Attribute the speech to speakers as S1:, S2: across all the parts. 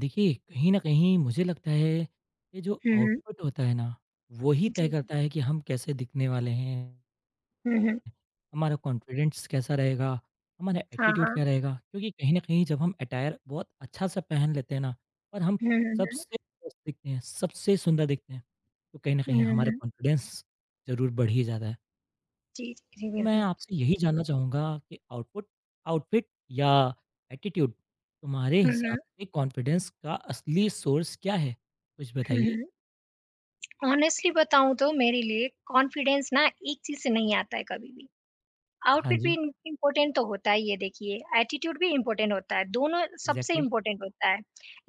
S1: देखिए, कहीं न कहीं मुझे लगता है, ये जो
S2: हुँ, हुँ।
S1: आउटपुट होता है ना, वो ही
S2: जी।
S1: तय करता है कि हम कैसे दिखने वाले हैं,
S2: हुँ, हुँ।
S1: हमारा कॉन्फिडेंस कैसा रहेगा, हमारा
S2: हाँ,
S1: एटीट्यूड
S2: हाँ।
S1: क्या रहेगा। क्योंकि कहीं न कहीं जब हम अटायर बहुत अच्छा-सा पहन लेते हैं ना और हम
S2: हुँ, हुँ,
S1: सबसे
S2: हुँ।
S1: बेस्ट दिखते हैं, सबसे सुंदर दिखते हैं, तो कहीं न
S2: हुँ,
S1: कहीं
S2: हुँ।
S1: हमारा
S2: हुँ।
S1: कॉन्फिडेंस ज़रूर बढ़ ही जाता है।
S2: जी, जी, जी,
S1: तो मैं
S2: बिल्कुल।
S1: आपसे यही जानना चाहूँगा कि आउटपुट आउटफिट या एटीट्यूड, तुम्हारे
S2: हुँ,
S1: हिसाब
S2: हुँ।
S1: से कॉन्फिडेंस का असली सोर्स क्या है? कुछ
S2: हुँ,
S1: बताइए?
S2: हुँ। ऑनेस्टली बताऊँ तो मेरे लिए कॉन्फिडेंस ना एक चीज़ से नहीं आता है कभी भी।
S1: हाँ
S2: आउटफिट भी
S1: जी,
S2: इम इम्पोर्टेंट तो होता ही है देखिए, एटीट्यूड भी इम्पोर्टेंट होता है, दोनों सबसे
S1: एग्ज़ैक्टली।
S2: इम्पोर्टेंट होता है।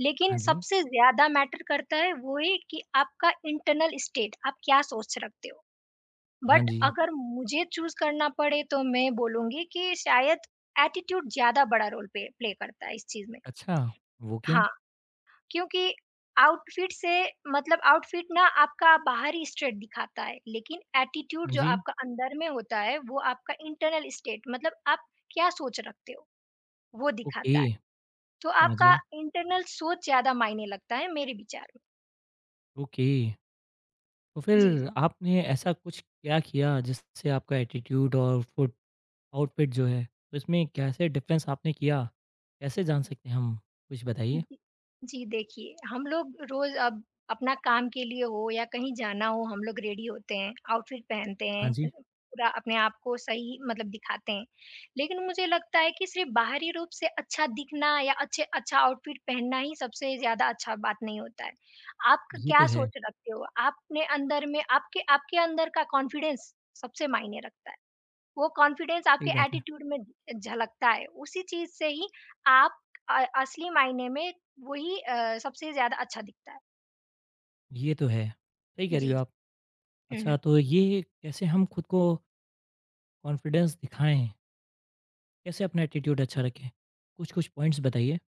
S2: लेकिन
S1: हाँ जी,
S2: सबसे ज़्यादा मैटर करता है वो है कि आपका इंटरनल स्टेट, आप क्या सोच रखते हो?
S1: हाँ
S2: बट
S1: जी।
S2: अगर मुझे चूज़ करना पड़े तो मैं बोलूँगी कि शायद एटीट्यूड ज़्यादा बड़ा रोल पे प्ले करता है इस चीज़ में।
S1: अच्छा, वो क्यों?
S2: हाँ, क्योंकि आउटफिट से मतलब आउटफिट ना आपका बाहरी स्टेट दिखाता है, लेकिन एटीट्यूड
S1: हाँ
S2: जो
S1: जी,
S2: आपका अंदर में होता है, वो आपका इंटरनल स्टेट मतलब आप क्या सोच रखते हो, वो
S1: ओके,
S2: दिखाता है। तो
S1: समझ
S2: आपका
S1: गया।
S2: इंटरनल सोच ज़्यादा मायने लगता है मेरे विचार में।
S1: ओके, तो
S2: जी, जी।
S1: फिर आपने ऐसा कुछ क्या किया जिससे आपका एटीट्यूड और फुट आउटफिट जो है, तो इसमें कैसे डिफ़रेंस आपने किया? कैसे जान सकते हैं हम? कुछ बताइए?
S2: जी, जी देखिए, हम लोग रोज़ अब अपना काम के लिए हो या कहीं जाना हो हम लोग रेडी होते हैं, आउटफिट पहनते
S1: हाँ
S2: हैं,
S1: जी,
S2: पूरा अपने आप को सही मतलब दिखाते हैं। लेकिन मुझे लगता है कि सिर्फ़ बाहरी रूप से अच्छा दिखना या अच्छे अच्छा आउटफिट पहनना ही सबसे ज़्यादा अच्छा बात नहीं होता है। आप क
S1: ये तो
S2: क्या
S1: है,
S2: सोच रखते हो? आपने अंदर में आपके आपके अंदर का कॉन्फिडेंस सबसे मायने रखता है। वो कॉन्फिडेंस
S1: सही
S2: आपके
S1: बात है।
S2: एटीट्यूड में झलकता है उसी चीज से ही आप असली मायने में वही सबसे ज्यादा अच्छा दिखता है।
S1: ये तो है। सही कह रही
S2: जी।
S1: हो आप। अच्छा
S2: जी।
S1: तो ये कैसे हम खुद को कॉन्फिडेंस दिखाएँ? कैसे अपना एटीट्यूड अच्छा रखें? कुछ-कुछ पॉइंट्स बताइए।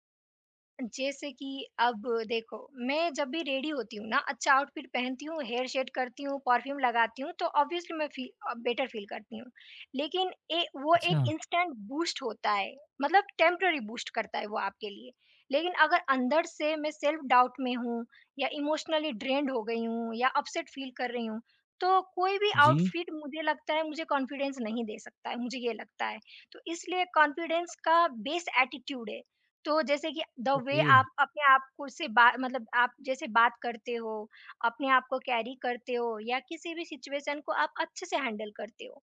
S2: जैसे कि अब देखो, मैं जब भी रेडी होती हूँ ना, अच्छा आउटफिट पहनती हूँ, हेयर सेट करती हूँ, परफ्यूम लगाती हूँ, तो ऑब्वियसली मैं बेटर फ़ील करती हूँ। लेकिन ए वो
S1: अच्छा,
S2: एक इंस्टेंट बूस्ट होता है, मतलब टेम्परेरी बूस्ट करता है वो आपके लिए। लेकिन अगर अंदर से मैं सेल्फ डाउट में हूँ या इमोशनली ड्रेन्ड हो गई हूँ या अपसेट फ़ील कर रही हूँ, तो कोई भी
S1: जी,
S2: आउटफिट मुझे लगता है मुझे कॉन्फिडेंस नहीं दे सकता है, मुझे ये लगता है। तो इसलिए कॉन्फिडेंस का बेस एटीट्यूड है। तो जैसे कि द वे
S1: ओके।
S2: आप अपने आप को से बात मतलब आप जैसे बात करते हो, अपने आप को कैरी करते हो या किसी भी सिचुएशन को आप अच्छे से हैंडल करते हो,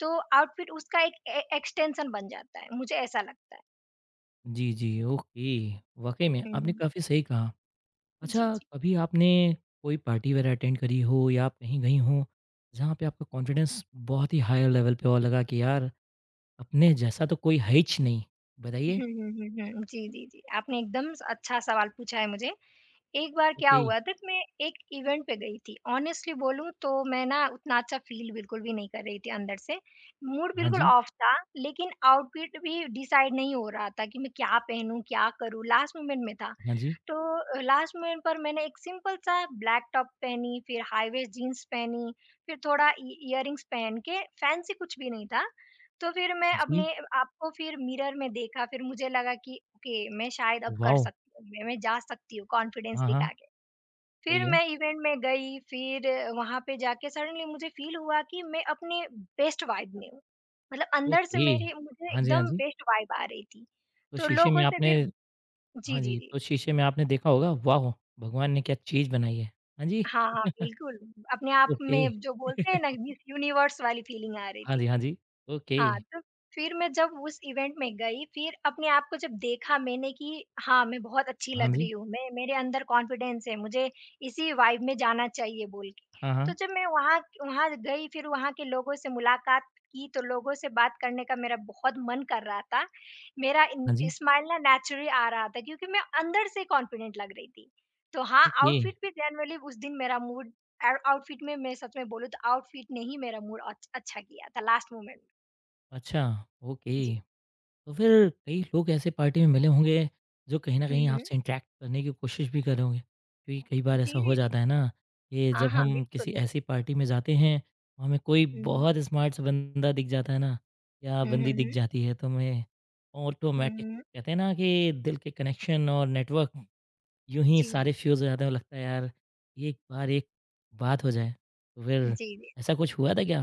S2: तो आउटफिट उसका एक ए एक्सटेंशन बन जाता है, मुझे ऐसा लगता है।
S1: जी, जी, ओके। वाक़ई में
S2: हुँ,
S1: आपने
S2: हुँ।
S1: काफ़ी सही कहा।
S2: जी,
S1: अच्छा
S2: जी।
S1: कभी आपने कोई पार्टी वगैरह अटेंड करी हो या आप कहीं गई हों, जहाँ पे आपका कॉन्फिडेंस बहुत ही हायर लेवल पे और लगा कि यार अपने जैसा तो कोई है हीच नहीं। बताइए।
S2: हुँ, हुँ, हुँ, हुँ। जी, जी, जी। आपने एकदम स अच्छा सवाल पूछा है मुझे। एक बार क्या
S1: ओके।
S2: हुआ था कि मैं एक इवेंट पे गई थी। ऑनेस्टली बोलूँ तो मैं ना उतना अच्छा फ़ील बिल्कुल भी नहीं कर रही थी अंदर से। मूड
S1: हाँ
S2: बिल्कुल
S1: जी,
S2: ऑफ था, लेकिन आउटफिट भी डिसाइड नहीं हो रहा था कि मैं क्या पहनूँ, क्या करूँ? लास्ट मोमेंट में था।
S1: हाँ जी,
S2: तो लास्ट मोमेंट पर मैंने एक सिंपल सा ब्लैक टॉप पहनी, फिर हाई वेस्ट जीन्स पहनी, फिर थोड़ा इ इयररिंग्स पहन के फैंसी कुछ भी नहीं था। तो फिर मैं अपने
S1: जी।
S2: आप को फिर मिरर में देखा, फिर मुझे लगा कि ओके, मैं शायद अब कर
S1: वॉव!
S2: सकती हूँ, मैं जा सकती हूँ कॉन्फिडेंस
S1: हाँ, हाँ।
S2: दिखा के।
S1: सही
S2: फिर
S1: है।
S2: मैं इवेंट में गई, फिर वहाँ पे जाके सडनली मुझे फ़ील हुआ कि मैं अपने बेस्ट वाइब में हूँ। मतलब अंदर से
S1: ओके।
S2: मेरी मुझे
S1: हाँ जी, हाँ
S2: एकदम
S1: जी।
S2: बेस्ट वाइब आ रही थी।
S1: तो
S2: तो
S1: शीशे में
S2: लोगों से
S1: आपने
S2: फिर। जी,
S1: हाँ
S2: जी,
S1: जी, तो
S2: जी।
S1: शीशे में आपने देखा होगा वाह! भगवान ने क्या चीज़ बनाई है। हाँ जी,
S2: हाँ, हाँ, बिल्कुल। अपने आप
S1: ओके।
S2: में जो बोलते हैं ना मिस यूनिवर्स वाली फीलिंग आ रही
S1: हाँ जी,
S2: थी।
S1: हाँ जी, ओके।
S2: हाँ, तो फिर मैं जब उस इवेंट में गई, फिर अपने आप को जब देखा मैंने कि हाँ, मैं बहुत अच्छी
S1: हाँ
S2: लग रही
S1: जी,
S2: हूँ, मैं मेरे अंदर कॉन्फिडेंस है, मुझे इसी वाइब में जाना चाहिए बोल के।
S1: हाँ,
S2: तो
S1: हाँ।
S2: जब मैं वहाँ वहाँ गई, फिर वहाँ के लोगों से मुलाकात की, तो लोगों से बात करने का मेरा बहुत मन कर रहा था। मेरा इन
S1: हाँ जी,
S2: स्माइल ना नेचुरली आ रहा था क्योंकि मैं अंदर से कॉन्फिडेंट लग रही थी। तो हाँ,
S1: ओके।
S2: आउटफिट भी जनरली उस दिन मेरा मूड और आउटफिट में मैं सच में बोलूँ तो आउटफिट ने ही मेरा मूड अच अच्छा किया था लास्ट मोमेंट में।
S1: अच्छा, ओके।
S2: जी।
S1: तो फिर कई लोग ऐसे पार्टी में मिले होंगे जो कहीं न
S2: हुँ,
S1: कहीं
S2: हुँ।
S1: आपसे इंटरैक्ट करने की कोशिश भी कर रहे होंगे। क्योंकि कई बार ऐसा
S2: जी,
S1: हो
S2: जी, जी।
S1: जाता है ना कि
S2: हाँ,
S1: जब
S2: हाँ,
S1: हम किसी
S2: बिल्कुल।
S1: ऐसी पार्टी में जाते हैं, और हमें कोई
S2: हुँ, हुँ।
S1: बहुत स्मार्ट सा बंदा दिख जाता है ना या
S2: हुँ, हुँ,
S1: बंदी दिख
S2: हुँ।
S1: जाती है तो हमें
S2: हुँ,
S1: ऑटोमेटिक
S2: हुँ।
S1: कहते हैं ना कि दिल के कनेक्शन और नेटवर्क यूँ ही
S2: जी,
S1: सारे
S2: जी।
S1: फ्यूज़ हो जाते हैं। लगता है यार एक बार एक बात हो जाए। तो फिर
S2: जी, जी।
S1: ऐसा कुछ हुआ था क्या?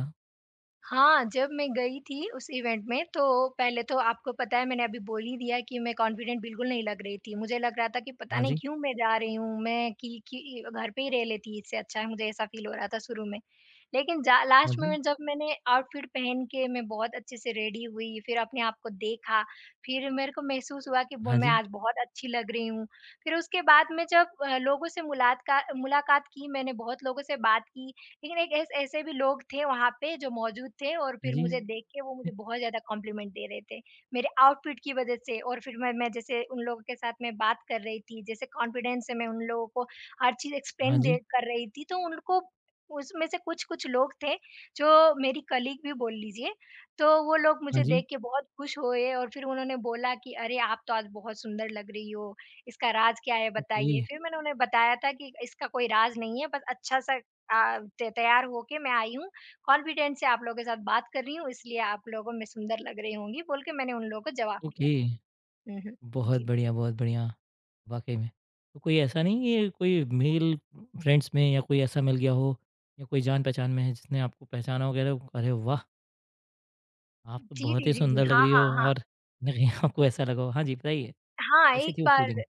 S2: हाँ, जब मैं गई थी उस इवेंट में तो पहले तो आपको पता है मैंने अभी बोल ही दिया कि मैं कॉन्फिडेंट बिल्कुल नहीं लग रही थी। मुझे लग रहा था कि पता
S1: हाँ
S2: नहीं
S1: जी,
S2: क्यों मैं जा रही हूँ, मैं कि घर पे ही रह लेती इससे अच्छा है मुझे ऐसा फ़ील हो रहा था शुरू में। लेकिन जा
S1: हाँ
S2: लास्ट में
S1: जी,
S2: मैं- जब मैंने आउटफिट पहन के मैं बहुत अच्छे से रेडी हुई, फिर अपने आप को देखा, फिर मेरे को महसूस हुआ कि ब
S1: हाँ
S2: मैं
S1: जी,
S2: आज बहुत अच्छी लग रही हूँ। फिर उसके बाद में जब लोगों से मुलातका मुलाकात की, मैंने बहुत लोगों से बात की। लेकिन एक ऐस ऐसे भी लोग थे वहाँ पे जो मौजूद थे और
S1: हाँ
S2: फिर
S1: जी।
S2: मुझे देख के वो मुझे बहुत ज़्यादा कॉम्प्लीमेंट दे रहे थे, मेरे आउटफिट की वज़ह से, और फिर मैं जैसे उन लोगों के साथ मैं बात कर रही थी, जैसे कॉन्फिडेंस से मैं उन लोगों को हर चीज़
S1: हाँ
S2: एक्सप्लेन दे
S1: जी,
S2: कर रही थी, तो उनको उसमें से कुछ-कुछ लोग थे जो मेरी कलीग भी बोल लीजिए, तो वो लोग
S1: हाँ
S2: मुझे
S1: जी।
S2: देख के बहुत खुश हुए और फिर उन्होंने बोला कि, "अरे! आप तो आज बहुत सुंदर लग रही हो, इसका राज क्या है
S1: ओके,
S2: बताइए?" फिर मैंने उन्हें बताया था कि इसका कोई राज नहीं है, बस अच्छा-सा तैयार होके मैं आई हूँ, कॉन्फिडेंट से आप लोगों के साथ बात कर रही हूँ इसलिए आप लोगों में सुंदर लग रही होंगी बोल के मैंने उन लोगों को जवाब
S1: ओके।
S2: दिया। हम्म।
S1: बहुत
S2: जी,
S1: बढ़िया, बहुत बढ़िया। वाक़ई में। तो कोई ऐसा नहीं है कोई मेल फ्रेंड्स में या कोई ऐसा मिल गया हो या कोई जान-पहचान में है जिसने आपको पहचाना हो वगैरह? अरे वाह! आप तो
S2: जी,
S1: बहुत
S2: जी,
S1: ही
S2: जी, जी।
S1: सुंदर लग
S2: हाँ,
S1: रही हो
S2: हाँ, हाँ।
S1: और कहीं न कहीं आपको ऐसा लगा हो। हाँ जी, बताइए
S2: हाँ,
S1: कैसी
S2: एक
S1: थी वो
S2: बार
S1: फीलिंग?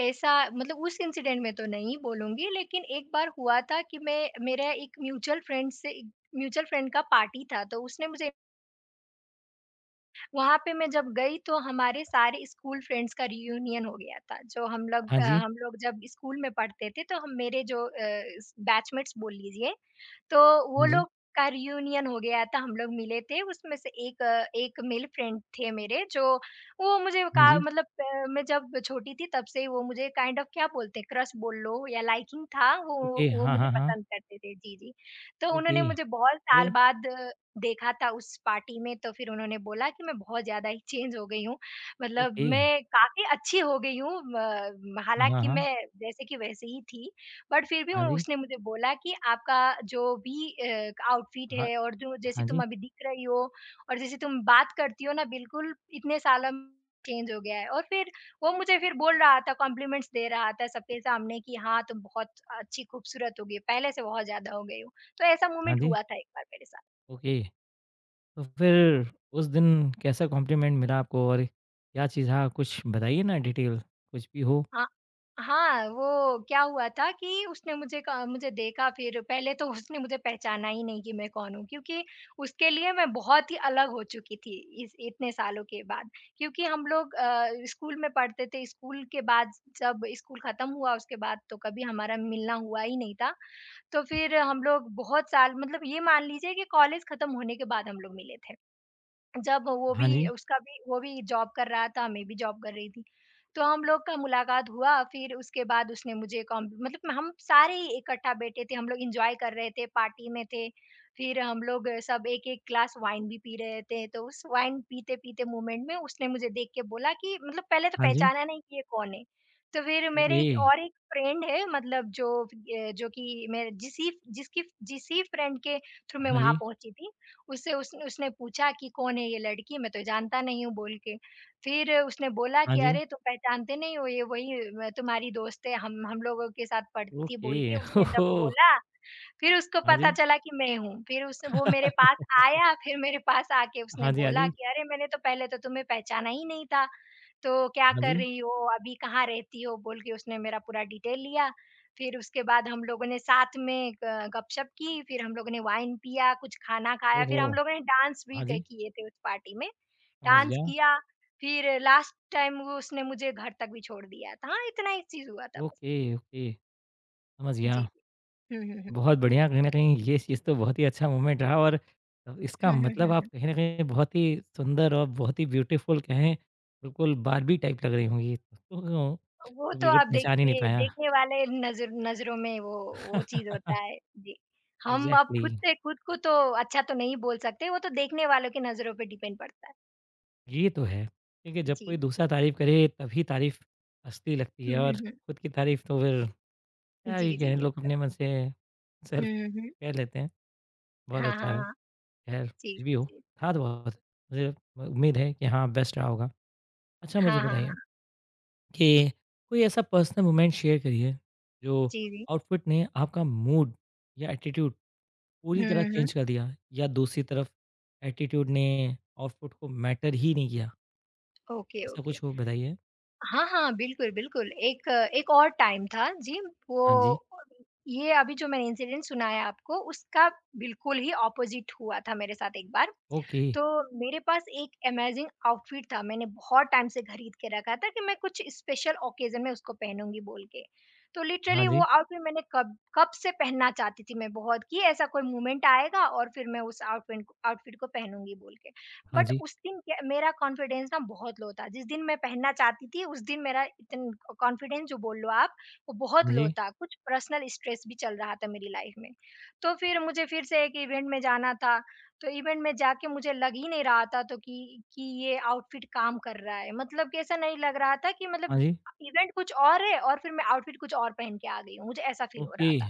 S2: ऐसा मतलब उस इंसिडेंट में तो नहीं बोलूंगी लेकिन एक बार हुआ था कि मैं मेरा एक म्यूचुअल फ्रेंड से म्यूचुअल फ्रेंड का पार्टी था तो उसने मुझे वहाँ पे मैं जब गई तो हमारे सारे स्कूल फ्रेंड्स का रियूनियन हो गया था। जो हम लोग
S1: हाँ
S2: अ,
S1: जी,
S2: हम लोग जब स्कूल में पढ़ते थे तो हम मेरे जो अ, स बैचमेट्स बोल लीजिए, तो वो
S1: हाँ जी,
S2: लोग का रियूनियन हो गया था, हम लोग मिले थे। उसमें से एक एक मेल फ्रेंड थे मेरे जो वो मुझे
S1: हाँ
S2: का
S1: जी।
S2: मतलब अ, मैं जब छोटी थी तब से ही वो मुझे काइंड ऑफ क्या बोलते हैं क्रश बोल लो या लाइकिंग था वो
S1: ओके,
S2: वो
S1: हाँ,
S2: मुझे
S1: हाँ, हाँ।
S2: पसंद करते थे। जी, जी। तो
S1: ओके,
S2: उन्होंने मुझे बहुत साल
S1: फिर?
S2: बाद देखा था उस पार्टी में तो फिर उन्होंने बोला कि मैं बहुत ज़्यादा ही चेंज हो गई हूँ। मतलब
S1: ओके।
S2: मैं काफ़ी अच्छी हो गई हूँ। म
S1: हाँ, हाँ,
S2: हालाँकि
S1: हाँ।
S2: मैं जैसे की वैसे ही थी, बट फिर भी उ
S1: हाँ जी,
S2: उसने मुझे बोला कि आपका जो भी आउटफिट
S1: हाँ,
S2: है और जो जैसे
S1: हाँ
S2: तुम
S1: जी,
S2: अभी दिख रही हो और जैसे तुम बात करती हो ना बिल्कुल इतने सालों में चेंज हो गया है। और फिर वो मुझे फिर बोल रहा था, कॉम्प्लीमेंट्स दे रहा था सबके सामने कि हाँ, तुम बहुत अच्छी खूबसूरत हो गई हो, पहले से बहुत ज़्यादा हो गई हो। तो ऐसा
S1: हाँ
S2: मोमेंट
S1: जी।
S2: हुआ था एक बार मेरे साथ।
S1: ओके। तो फिर उस दिन कैसा कॉम्प्लीमेंट मिला आपको और क्या चीज़ हाँ, कुछ बताइए ना डिटेल कुछ भी हो?
S2: हाँ, हाँ, वो क्या हुआ था कि उसने मुझे देखा फिर पहले तो उसने मुझे पहचाना ही नहीं कि मैं कौन हूँ क्योंकि उसके लिए मैं बहुत ही अलग हो चुकी थी इस इतने सालों के बाद। क्योंकि हम लोग स्कूल में पढ़ते थे, स्कूल के बाद जब स्कूल खत्म हुआ उसके बाद तो कभी हमारा मिलना हुआ ही नहीं था। तो फिर हम लोग बहुत साल मतलब ये मान लीजिए कि कॉलेज खत्म होने के बाद हम लोग मिले थे। जब
S1: हाँ जी,
S2: वो भी जॉब कर रहा था, मैं भी जॉब कर रही थी। तो हम लोग का मुलाकात हुआ, फिर उसके बाद उसने मुझे कॉम मतलब हम सारे ही इकट्ठा बैठे थे, हम लोग एन्जॉय कर रहे थे, पार्टी में थे। फिर हम लोग सब एक-एक ग्लास वाइन भी पी रहे थे, तो उस वाइन पीते-पीते मोमेंट में उसने मुझे देख के बोला कि मतलब पहले तो
S1: हाँ जी।
S2: पहचाना नहीं कि ये कौन है। तो फिर मेरे
S1: ओके।
S2: एक और एक फ्रेंड है मतलब जो कि मेरे जिसी फ्रेंड के थ्रू मैं
S1: हाँ
S2: वहाँ
S1: जी,
S2: पहुँची थी। उससे उसने उसने पूछा कि कौन है ये लड़की? मैं तो जानता नहीं हूँ बोल के। फिर उसने बोला
S1: हाँ
S2: कि
S1: जी।
S2: अरे तुम पहचानते नहीं हो ये वही तुम्हारी दोस्त है, हम लोगों के साथ पढ़ती थी
S1: ओके।
S2: बोल के उसने
S1: ओहो!
S2: जब बोला, फिर उसको
S1: हाँ
S2: पता
S1: जी।
S2: चला कि मैं हूँ। फिर उस वो मेरे पास आया, फिर मेरे पास आके उसने
S1: हाँ जी, हाँ
S2: बोला
S1: जी।
S2: कि अरे मैंने तो पहले तो तुम्हें पहचाना ही नहीं था। तो क्या
S1: हाँ जी।
S2: कर रही हो? अभी कहाँ रहती हो? बोल के उसने मेरा पूरा डिटेल लिया। फिर उसके बाद हम लोगों ने साथ में ग गपशप की, फिर हम लोगों ने वाइन पिया, कुछ खाना खाया, फिर हम
S1: ओहो!
S2: लोगों ने डांस भी
S1: हाँ
S2: क
S1: जी,
S2: किए थे उस पार्टी में।
S1: समझ
S2: डांस
S1: गया।
S2: किया, फिर लास्ट टाइम वो उसने मुझे घर तक भी छोड़ दिया था। हाँ, इतना ही चीज़ हुआ था बस।
S1: ओके, ओके, समझ
S2: जी।
S1: गया।
S2: हुँ, हुँ, हुँ।
S1: बहुत बढ़िया कहीं न कहीं ये चीज़ तो बहुत ही अच्छा मोमेंट रहा और इसका
S2: हुँ, हुँ,
S1: मतलब
S2: हुँ,
S1: आप
S2: हुँ।
S1: कहीं न कहीं बहुत ही सुंदर और बहुत ही ब्यूटीफुल कहें बिल्कुल बार्बी टाइप लग रही होंगी। तो, तो
S2: वो तो
S1: बिल्कुल
S2: आप
S1: पहचान ही नहीं
S2: देखिए,
S1: पाया।
S2: देखने वाले नज़रों में वो चीज़
S1: एग्जैक्टली
S2: होता है। जी। हम अब खुद
S1: exactly.
S2: से खुद को तो अच्छा तो नहीं बोल सकते, वो तो देखने वालों की नज़रों पे डिपेंड पड़ता है।
S1: ये तो है, क्योंकि जब
S2: जी,
S1: कोई दूसरा
S2: बिल्कुल।
S1: तारीफ करे तभी तारीफ असली लगती है
S2: हुँ,
S1: और
S2: हुँ, हुँ।
S1: खुद की तारीफ तो फिर क्या ही
S2: जी, जी,
S1: कहें, लोग
S2: बिल्कुल।
S1: अपने मन से
S2: हुँ,
S1: सेल्फ
S2: हुँ, हुँ।
S1: कह लेते हैं। बहुत
S2: हाँ,
S1: अच्छा
S2: हाँ,
S1: है।
S2: हाँ।
S1: खैर
S2: जी,
S1: कुछ भी
S2: जी,
S1: हो,
S2: जी।
S1: था तो बहुत, मुझे उम्मीद है कि हाँ बेस्ट रहा होगा। अच्छा मुझे
S2: हाँ, हाँ, हाँ।
S1: बताइए कि कोई ऐसा पर्सनल मोमेंट शेयर करिए जो
S2: जी, जी।
S1: आउटफिट ने आपका मूड या एटीट्यूड
S2: हुँ,
S1: पूरी तरह
S2: हुँ, हुँ।
S1: चेंज कर दिया, या दूसरी तरफ एटीट्यूड ने आउटफिट को मैटर ही नहीं किया,
S2: ओके,
S1: ऐसा
S2: ओके।
S1: कुछ हो बताइए?
S2: हाँ, हाँ, बिल्कुल, बिल्कुल। एक एक और टाइम था जी,
S1: हाँ जी।
S2: वो ये अभी जो मैंने इंसिडेंट सुनाया आपको, उसका बिल्कुल ही ऑपोज़िट हुआ था मेरे साथ एक बार।
S1: ओके।
S2: तो मेरे पास एक अमेजिंग आउटफिट था, मैंने बहुत टाइम से खरीद के रखा था कि मैं कुछ स्पेशल ओकेज़न में उसको पहनूँगी बोल के। तो
S1: हाँ
S2: लिटरली वो
S1: जी,
S2: आउटफिट मैंने कब कब से पहनना चाहती थी मैं बहुत कि ऐसा कोई मोमेंट आएगा और फिर मैं उस आउटफिन आउटफिट को पहनूँगी बोल के।
S1: हाँ
S2: बट
S1: जी,
S2: उस दिन क्या मेरा कॉन्फिडेंस ना बहुत लो था, जिस दिन मैं पहनना चाहती थी उस दिन मेरा इतन कॉन्फिडेंस जो बोल लो आप, वो बहुत
S1: हाँ
S2: लो
S1: जी,
S2: था, कुछ पर्सनल स्ट्रेस भी चल रहा था मेरी लाइफ़ में। तो फिर मुझे फिर से एक इवेंट में जाना था, तो इवेंट में जाके मुझे लग ही नहीं रहा था तो कि ये आउटफिट काम कर रहा है। मतलब कि ऐसा नहीं लग रहा था कि
S1: हाँ
S2: मतलब
S1: जी,
S2: इवेंट कुछ और है और फिर मैं आउटफिट कुछ और पहन के आ गई हूँ। मुझे ऐसा फील हो
S1: ओके।
S2: रहा था।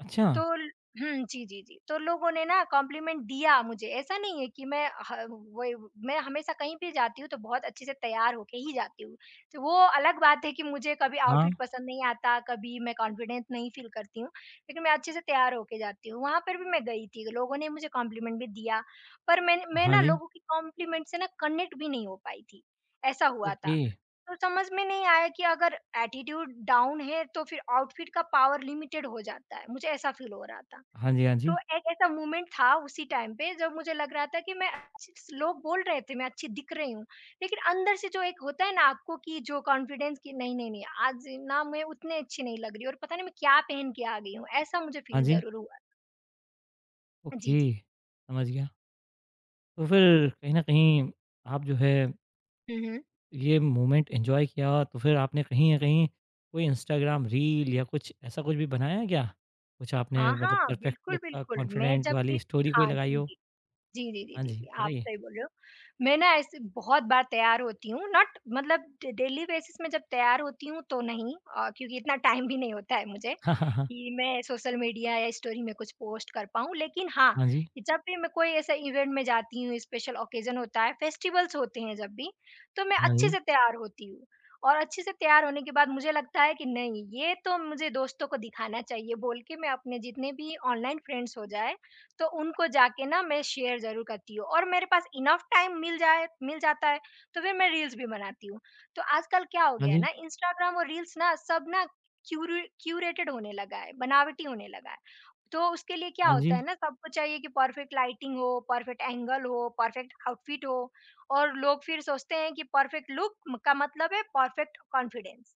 S1: अच्छा,
S2: तो ल हुँ, जी, जी, जी। तो लोगों ने ना कॉम्प्लीमेंट दिया मुझे, ऐसा नहीं है कि मैं ह वही मैं हमेशा कहीं भी जाती हूँ तो बहुत अच्छे से तैयार होके ही जाती हूँ। तो वो अलग बात है कि मुझे कभी
S1: हाँ,
S2: आउटफिट पसंद नहीं आता, कभी मैं कॉन्फिडेंस नहीं फ़ील करती हूँ, लेकिन मैं अच्छे से तैयार होके जाती हूँ। वहाँ पर भी मैं गई थी, लोगों ने मुझे कॉम्प्लीमेंट भी दिया, पर मैं
S1: हाँ
S2: ना
S1: जी,
S2: लोगों की कॉम्प्लीमेंट से ना कनेक्ट भी नहीं हो पाई थी, ऐसा हुआ था।
S1: ओके।
S2: तो समझ में नहीं आया कि अगर एटीट्यूड डाउन है तो फिर आउटफिट का पावर लिमिटेड हो जाता है मुझे ऐसा फील हो रहा था।
S1: हाँ जी, हाँ
S2: तो
S1: जी,
S2: एक ऐसा मोमेंट था उसी टाइम पे जब मुझे लग रहा था कि लोग बोल रहे थे मैं अच्छी दिख रही हूँ लेकिन अंदर से जो एक होता है ना आपको कि जो कॉन्फिडेंस कि नहीं नहीं नहीं आज ना मैं उतने अच्छी नहीं लग रही और पता नहीं मैं क्या पहन के आ गई हूँ ऐसा मुझे
S1: हाँ
S2: फील
S1: जी,
S2: जरूर हुआ। जी
S1: ओके,
S2: जी।
S1: समझ गया। तो फिर कहीं न कहीं आप जो है
S2: हम्म।
S1: ये मोमेंट एन्जॉय किया, तो फिर आपने कहीं न कहीं कोई इंस्टाग्राम रील या कुछ ऐसा कुछ भी बनाया है क्या? कुछ आपने
S2: हाँ
S1: मतलब
S2: हाँ,
S1: परफेक्ट
S2: बिल्कुल
S1: लुक का
S2: बिल्कुल। मैं
S1: कॉन्फिडेंट
S2: जब
S1: वाली
S2: भी
S1: स्टोरी कोई
S2: हाँ
S1: लगाई
S2: जी
S1: हो?
S2: जी। जी, जी, जी,
S1: हाँ
S2: जी,
S1: जी,
S2: जी, आप
S1: बताइए।
S2: सही बोल रहे हो। मैं ना ऐसे बहुत बार तैयार होती हूँ नॉट मतलब डे डेली बेसिस में जब तैयार होती हूँ तो नहीं क्योंकि इतना टाइम भी नहीं होता है मुझे
S1: हाँ, हाँ, हाँ।
S2: कि मैं सोशल मीडिया या स्टोरी में कुछ पोस्ट कर पाऊँ। लेकिन हाँ,
S1: हाँ जी,
S2: कि जब भी मैं कोई ऐसा इवेंट में जाती हूँ, स्पेशल ऑकेज़न होता है, फेस्टिवल्स होते हैं जब भी, तो मैं
S1: हाँ
S2: अच्छे
S1: जी,
S2: से तैयार होती हूँ। और अच्छे से तैयार होने के बाद मुझे लगता है कि नहीं, ये तो मुझे दोस्तों को दिखाना चाहिए बोल के मैं अपने जितने भी ऑनलाइन फ्रेंड्स हो जाए तो उनको जाके ना मैं शेयर ज़रूर करती हूँ और मेरे पास इनफ टाइम मिल जाता है तो फिर मैं रील्स भी बनाती हूँ। तो आजकल क्या हो
S1: हाँ
S2: गया है
S1: जी,
S2: ना इंस्टाग्राम और रील्स ना सब ना क्यूरेटेड होने लगा है, बनावटी होने लगा है। तो उसके लिए क्या
S1: हाँ जी, हाँ
S2: होता है
S1: जी,
S2: ना सबको चाहिए कि परफेक्ट लाइटिंग हो, परफेक्ट एंगल हो, परफेक्ट आउटफिट हो और लोग फिर सोचते हैं कि परफेक्ट लुक का मतलब है परफेक्ट कॉन्फिडेंस।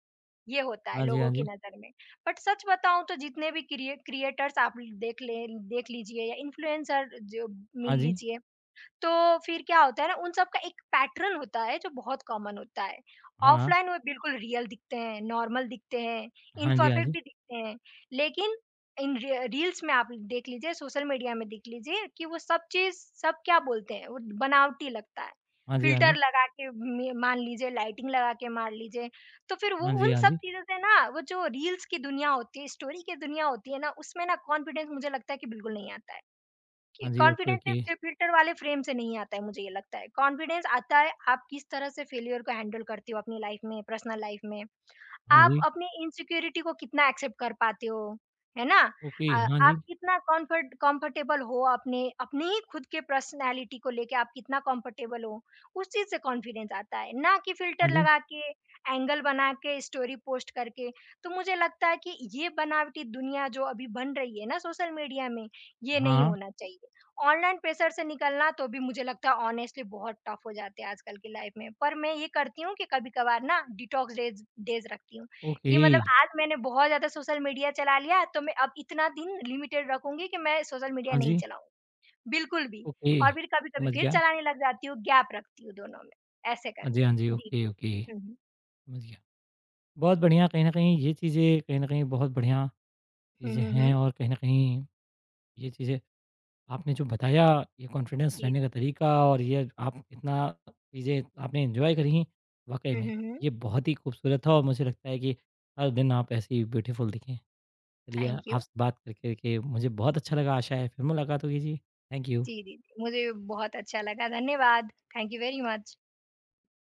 S2: ये होता है
S1: हाँ जी,
S2: लोगों
S1: हाँ
S2: की
S1: जी।
S2: नज़र में। बट सच बताऊँ तो जितने भी क्रिएटर्स आप देख लीजिए या इन्फ्लुएंसर जो मिल
S1: हाँ जी।
S2: लीजिए तो फिर क्या होता है ना उन सब का एक पैटर्न होता है जो बहुत कॉमन होता है।
S1: हाँ, हाँ।
S2: ऑफलाइन वो बिल्कुल रियल दिखते हैं, नॉर्मल दिखते हैं,
S1: हाँ जी, हाँ
S2: इम्परफेक्ट
S1: जी।
S2: भी दिखते हैं। लेकिन इन री रील्स में आप देख लीजिए, सोशल मीडिया में देख लीजिए कि वो सब चीज़ सब क्या बोलते हैं, वो बनावटी लगता है।
S1: हाँ जी, हाँ
S2: फ़िल्टर
S1: जी।
S2: लगा के मे मान लीजिए, लाइटिंग लगा के मार लीजिए। तो फिर वो
S1: हाँ जी,
S2: उन
S1: हाँ
S2: सब
S1: जी।
S2: चीज़ों से ना वो जो रील्स की दुनिया होती है, स्टोरी की दुनिया होती है ना, उसमें ना कॉन्फिडेंस मुझे लगता है कि बिल्कुल नहीं आता है।
S1: हाँ जी, ओके,
S2: कॉन्फिडेंस
S1: ओके।
S2: सिर्फ फिल्टर वाले फ्रेम से नहीं आता है, मुझे ये लगता है कॉन्फिडेंस आता है आप किस तरह से फेलियर को हैंडल करते हो अपनी लाइफ में, पर्सनल लाइफ में।
S1: हाँ
S2: आप
S1: जी,
S2: अपनी इनसिक्योरिटी को कितना एक्सेप्ट कर पाते हो, है ना।
S1: ओके। हाँ जी,
S2: आप कितना कंफर्टेबल हो अपने अपने ही खुद के पर्सनालिटी को लेके, आप कितना कंफर्टेबल हो उस चीज से, कॉन्फिडेंस आता है ना कि
S1: हाँ
S2: फिल्टर
S1: जी।
S2: लगा के एंगल बना के स्टोरी पोस्ट करके। तो मुझे लगता है कि ये बनावटी दुनिया जो अभी बन रही है ना सोशल मीडिया में, ये नहीं
S1: हाँ,
S2: होना चाहिए। ऑनलाइन प्रेशर से निकलना तो भी मुझे लगता है ऑनेस्टली बहुत टफ हो जाते हैं आजकल की लाइफ में। पर मैं ये करती हूँ कि कभी-कभार ना डिटॉक्स डेज़ डेज़ रखती हूँ,
S1: ओके।
S2: कि मतलब आज मैंने बहुत ज़्यादा सोशल मीडिया चला लिया तो मैं अब इतना दिन लिमिटेड रखूँगी कि मैं सोशल मीडिया
S1: हाँ
S2: नहीं
S1: जी,
S2: चलाऊँ, बिल्कुल भी।
S1: ओके।
S2: और फिर कभी-कभी
S1: समझ
S2: फिर
S1: गया।
S2: चलाने लग जाती हूँ, गैप रखती हूँ दोनों में, ऐसे
S1: हाँ जी, हाँ जी।
S2: करके। जी।
S1: Okay, okay.
S2: हुँ, हुँ।
S1: समझ गया। बहुत बढ़िया, कहीं न कहीं ये चीज़ें कहीं न कहीं बहुत बढ़िया
S2: हुँ,
S1: चीज़ें
S2: हुँ, हुँ।
S1: हैं और कहीं न कहीं ये चीज़ें आपने जो बताया, ये कॉन्फिडेंस
S2: जी,
S1: रहने
S2: जी।
S1: का तरीका और ये आप इतना चीज़ें आपने एन्जॉय करी, वाक़ई
S2: हुँ,
S1: में
S2: हुँ, हुँ।
S1: ये बहुत ही खूबसूरत था और मुझे लगता है कि हर दिन आप ऐसी ब्यूटीफुल दिखें। चलिए,
S2: थैंक यू।
S1: आपसे बात करके के मुझे बहुत अच्छा लगा, आशा है फिर मुलाकात होगी जी। Thank you.
S2: जी, जी, जी। मुझे भी बहुत अच्छा लगा, धन्यवाद। Thank you very much.